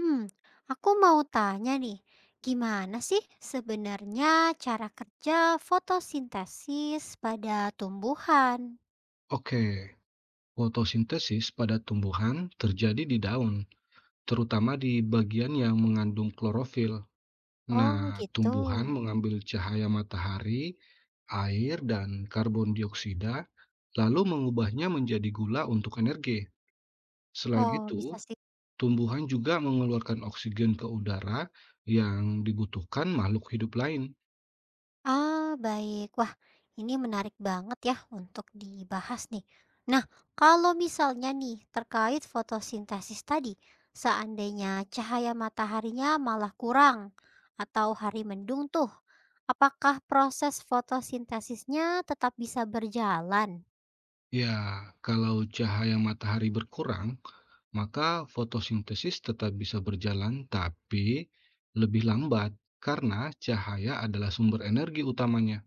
Hmm, aku mau tanya nih, gimana sih sebenarnya cara kerja fotosintesis pada tumbuhan? Oke, fotosintesis pada tumbuhan terjadi di daun, terutama di bagian yang mengandung klorofil. Oh, Nah, gitu. tumbuhan mengambil cahaya matahari, air, dan karbon dioksida, lalu mengubahnya menjadi gula untuk energi. Selain Oh, itu, bisa. tumbuhan juga mengeluarkan oksigen ke udara yang dibutuhkan makhluk hidup lain. Ah, baik. Wah, ini menarik banget ya untuk dibahas nih. Nah, kalau misalnya nih terkait fotosintesis tadi, seandainya cahaya mataharinya malah kurang atau hari mendung tuh, apakah proses fotosintesisnya tetap bisa berjalan? Ya, kalau cahaya matahari berkurang, maka fotosintesis tetap bisa berjalan, tapi lebih lambat karena cahaya adalah sumber energi utamanya.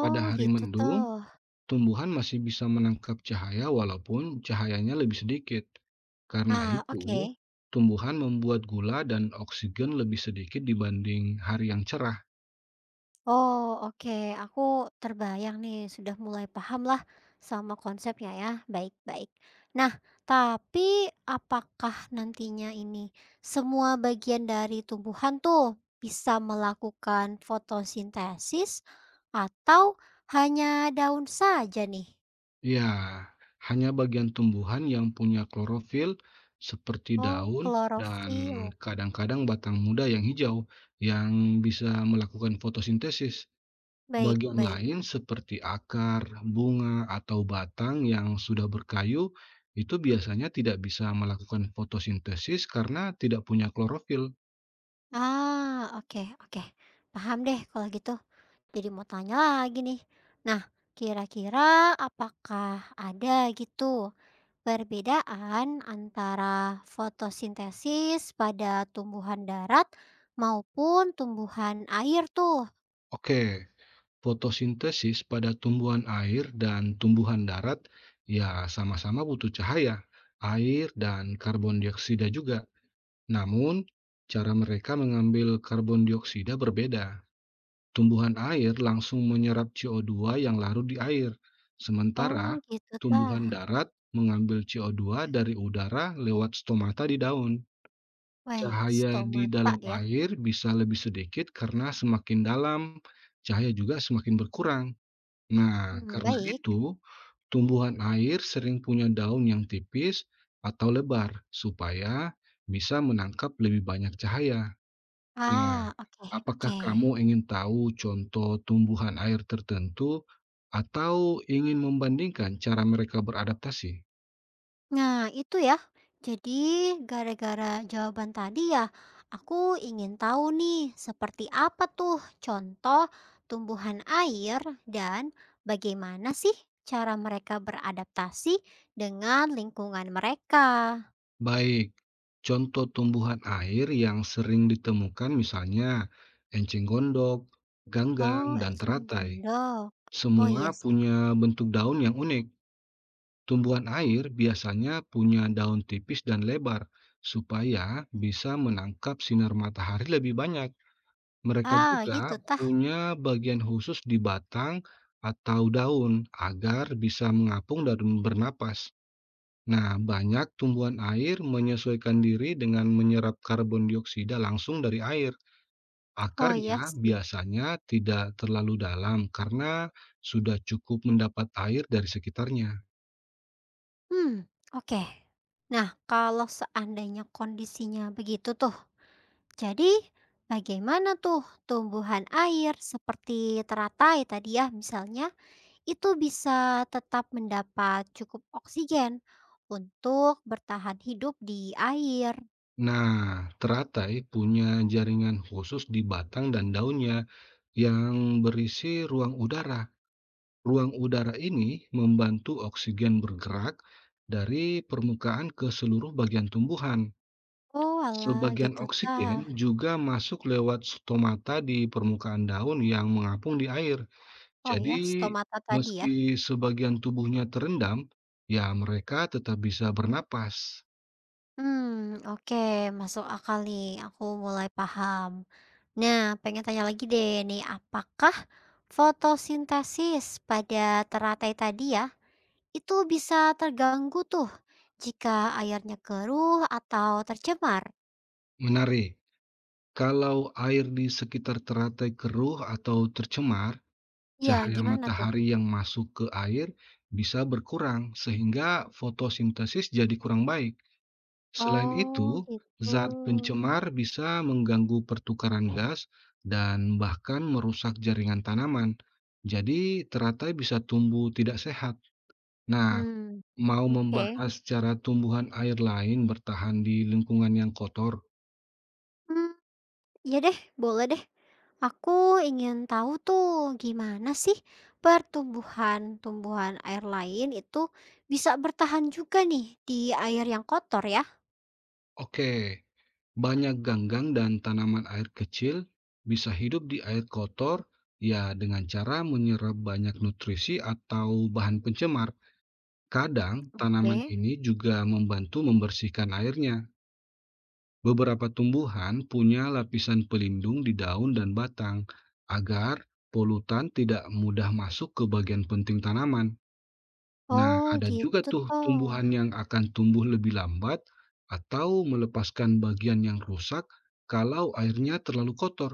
Pada hari gitu mendung, tuh. tumbuhan masih bisa menangkap cahaya walaupun cahayanya lebih sedikit. Karena Ah, itu, oke. tumbuhan membuat gula dan oksigen lebih sedikit dibanding hari yang cerah. Oh, oke. Aku terbayang nih, sudah mulai paham lah sama konsepnya ya. Baik-baik. Nah, tapi apakah nantinya ini semua bagian dari tumbuhan tuh bisa melakukan fotosintesis atau hanya daun saja nih? Ya, hanya bagian tumbuhan yang punya klorofil seperti Oh, daun dan klorofil. kadang-kadang batang muda yang hijau yang bisa melakukan fotosintesis. Bagian Baik-baik. lain seperti akar, bunga, atau batang yang sudah berkayu itu biasanya tidak bisa melakukan fotosintesis karena tidak punya klorofil. Ah, oke, oke. Paham deh kalau gitu. Jadi mau tanya lagi nih. Nah, kira-kira apakah ada gitu perbedaan antara fotosintesis pada tumbuhan darat maupun tumbuhan air tuh? Oke. Fotosintesis pada tumbuhan air dan tumbuhan darat ya sama-sama butuh cahaya, air, dan karbon dioksida juga. Namun, cara mereka mengambil karbon dioksida berbeda. Tumbuhan air langsung menyerap CO2 yang larut di air, Oh, sementara gitu tumbuhan tah. darat mengambil CO2 dari udara lewat stomata di daun. Weh, Cahaya di stomata dalam ya. air bisa lebih sedikit karena semakin dalam, cahaya juga semakin berkurang. Nah, Hmm, karena baik. itu, tumbuhan air sering punya daun yang tipis atau lebar supaya bisa menangkap lebih banyak cahaya. Nah, Ah, oke apakah oke. kamu ingin tahu contoh tumbuhan air tertentu atau ingin membandingkan cara mereka beradaptasi? Nah, itu ya. Jadi, gara-gara jawaban tadi ya, aku ingin tahu nih, seperti apa tuh contoh tumbuhan air dan bagaimana sih cara mereka beradaptasi dengan lingkungan mereka. Baik, contoh tumbuhan air yang sering ditemukan misalnya enceng gondok, ganggang, Oh, dan eceng teratai. gondok. Oh Semua iya sih. punya bentuk daun yang unik. Tumbuhan air biasanya punya daun tipis dan lebar supaya bisa menangkap sinar matahari lebih banyak. Mereka Ah, juga gitu tah. punya bagian khusus di batang atau daun agar bisa mengapung dan bernapas. Nah, banyak tumbuhan air menyesuaikan diri dengan menyerap karbon dioksida langsung dari air. Oh iya Akarnya sih. biasanya tidak terlalu dalam karena sudah cukup mendapat air dari sekitarnya. Hmm, oke. Nah, kalau seandainya kondisinya begitu tuh, jadi, bagaimana tuh tumbuhan air seperti teratai tadi ya misalnya, itu bisa tetap mendapat cukup oksigen untuk bertahan hidup di air? Nah, teratai punya jaringan khusus di batang dan daunnya yang berisi ruang udara. Ruang udara ini membantu oksigen bergerak dari permukaan ke seluruh bagian tumbuhan. Oh alah Sebagian gitu tah. oksigen juga masuk lewat stomata di permukaan daun yang mengapung di air. Oh ya Jadi, stomata tadi ya? meski sebagian tubuhnya terendam, ya mereka tetap bisa bernapas. Hmm, oke masuk akal nih, aku mulai paham. Nah pengen tanya lagi deh nih, apakah fotosintesis pada teratai tadi ya itu bisa terganggu tuh jika airnya keruh atau tercemar. Menarik. Kalau air di sekitar teratai keruh atau tercemar, Ya cahaya Mhm. gimana tuh? matahari yang masuk ke air bisa berkurang sehingga fotosintesis jadi kurang baik. Selain Oh, itu, gitu. zat pencemar bisa mengganggu pertukaran gas dan bahkan merusak jaringan tanaman. Jadi, teratai bisa tumbuh tidak sehat. Nah, Hmm mau oke. membahas cara tumbuhan air lain bertahan di lingkungan yang kotor? Hmm ya deh, boleh deh. Aku ingin tahu tuh gimana sih pertumbuhan tumbuhan air lain itu bisa bertahan juga nih di air yang kotor ya? Oke, banyak ganggang dan tanaman air kecil bisa hidup di air kotor ya dengan cara menyerap banyak nutrisi atau bahan pencemar. Kadang tanaman Oke. ini juga membantu membersihkan airnya. Beberapa tumbuhan punya lapisan pelindung di daun dan batang agar polutan tidak mudah masuk ke bagian penting tanaman. Nah, Oh, ada juga gitu tuh tumbuhan toh. yang akan tumbuh lebih lambat atau melepaskan bagian yang rusak kalau airnya terlalu kotor.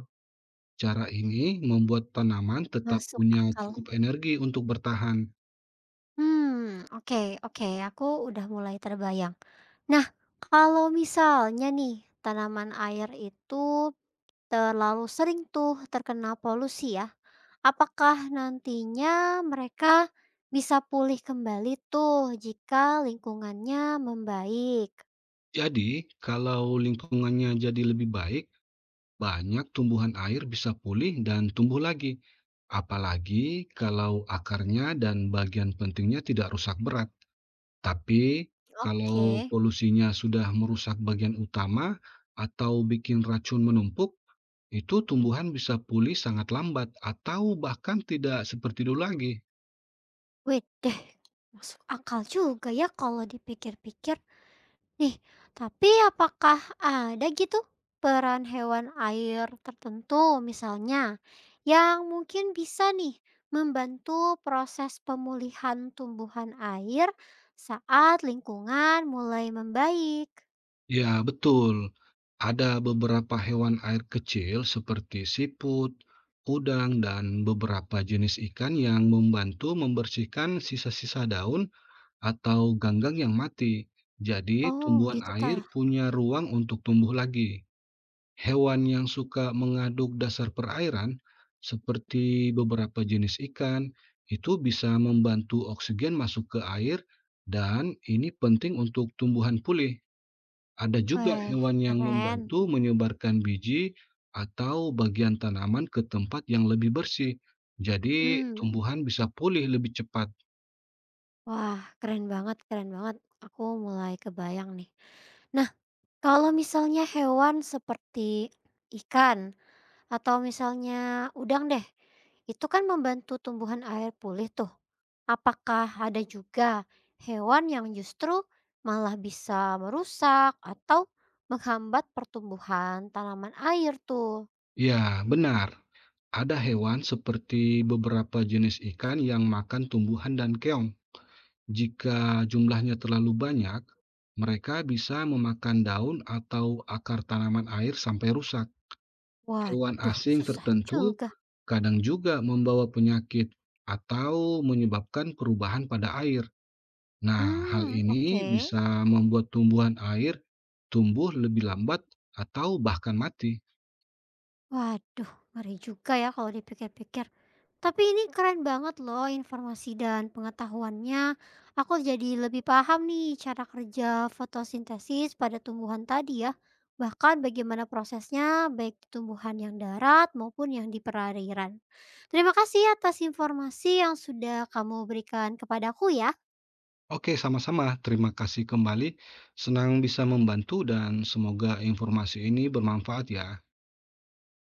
Cara ini membuat tanaman tetap Masuk punya akal. cukup energi untuk bertahan. Hmm oke oke, aku udah mulai terbayang. Nah, kalau misalnya nih tanaman air itu terlalu sering tuh terkena polusi ya, apakah nantinya mereka bisa pulih kembali tuh jika lingkungannya membaik? Jadi, kalau lingkungannya jadi lebih baik, banyak tumbuhan air bisa pulih dan tumbuh lagi. Apalagi kalau akarnya dan bagian pentingnya tidak rusak berat. Tapi, kalau Oke. polusinya sudah merusak bagian utama atau bikin racun menumpuk, itu tumbuhan bisa pulih sangat lambat atau bahkan tidak seperti dulu lagi. Wih deh, masuk akal juga ya kalau dipikir-pikir. Nih, tapi apakah ada gitu peran hewan air tertentu misalnya yang mungkin bisa nih membantu proses pemulihan tumbuhan air saat lingkungan mulai membaik? Ya, betul. Ada beberapa hewan air kecil seperti siput, udang, dan beberapa jenis ikan yang membantu membersihkan sisa-sisa daun atau ganggang yang mati. Jadi, Oh, tumbuhan gitu kah? air punya ruang untuk tumbuh lagi. Hewan yang suka mengaduk dasar perairan, seperti beberapa jenis ikan, itu bisa membantu oksigen masuk ke air, dan ini penting untuk tumbuhan pulih. Ada juga Weh, hewan yang keren. membantu menyebarkan biji atau bagian tanaman ke tempat yang lebih bersih, jadi Hmm. tumbuhan bisa pulih lebih cepat. Wah, keren banget, keren banget. Aku mulai kebayang nih. Nah, kalau misalnya hewan seperti ikan atau misalnya udang deh, itu kan membantu tumbuhan air pulih tuh. Apakah ada juga hewan yang justru malah bisa merusak atau menghambat pertumbuhan tanaman air tuh? Ya, benar. Ada hewan seperti beberapa jenis ikan yang makan tumbuhan dan keong. Jika jumlahnya terlalu banyak, mereka bisa memakan daun atau akar tanaman air sampai rusak. Hewan Waduh, asing susah tertentu juga. kadang juga membawa penyakit atau menyebabkan perubahan pada air. Nah, hal Hmm, ini oke. bisa membuat tumbuhan air tumbuh lebih lambat atau bahkan mati. Waduh, ngeri juga ya kalau dipikir-pikir. Tapi ini keren banget loh informasi dan pengetahuannya. Aku jadi lebih paham nih cara kerja fotosintesis pada tumbuhan tadi ya. Bahkan bagaimana prosesnya baik di tumbuhan yang darat maupun yang di perairan. Terima kasih atas informasi yang sudah kamu berikan kepadaku ya. Oke, sama-sama. Terima kasih kembali. Senang bisa membantu dan semoga informasi ini bermanfaat ya.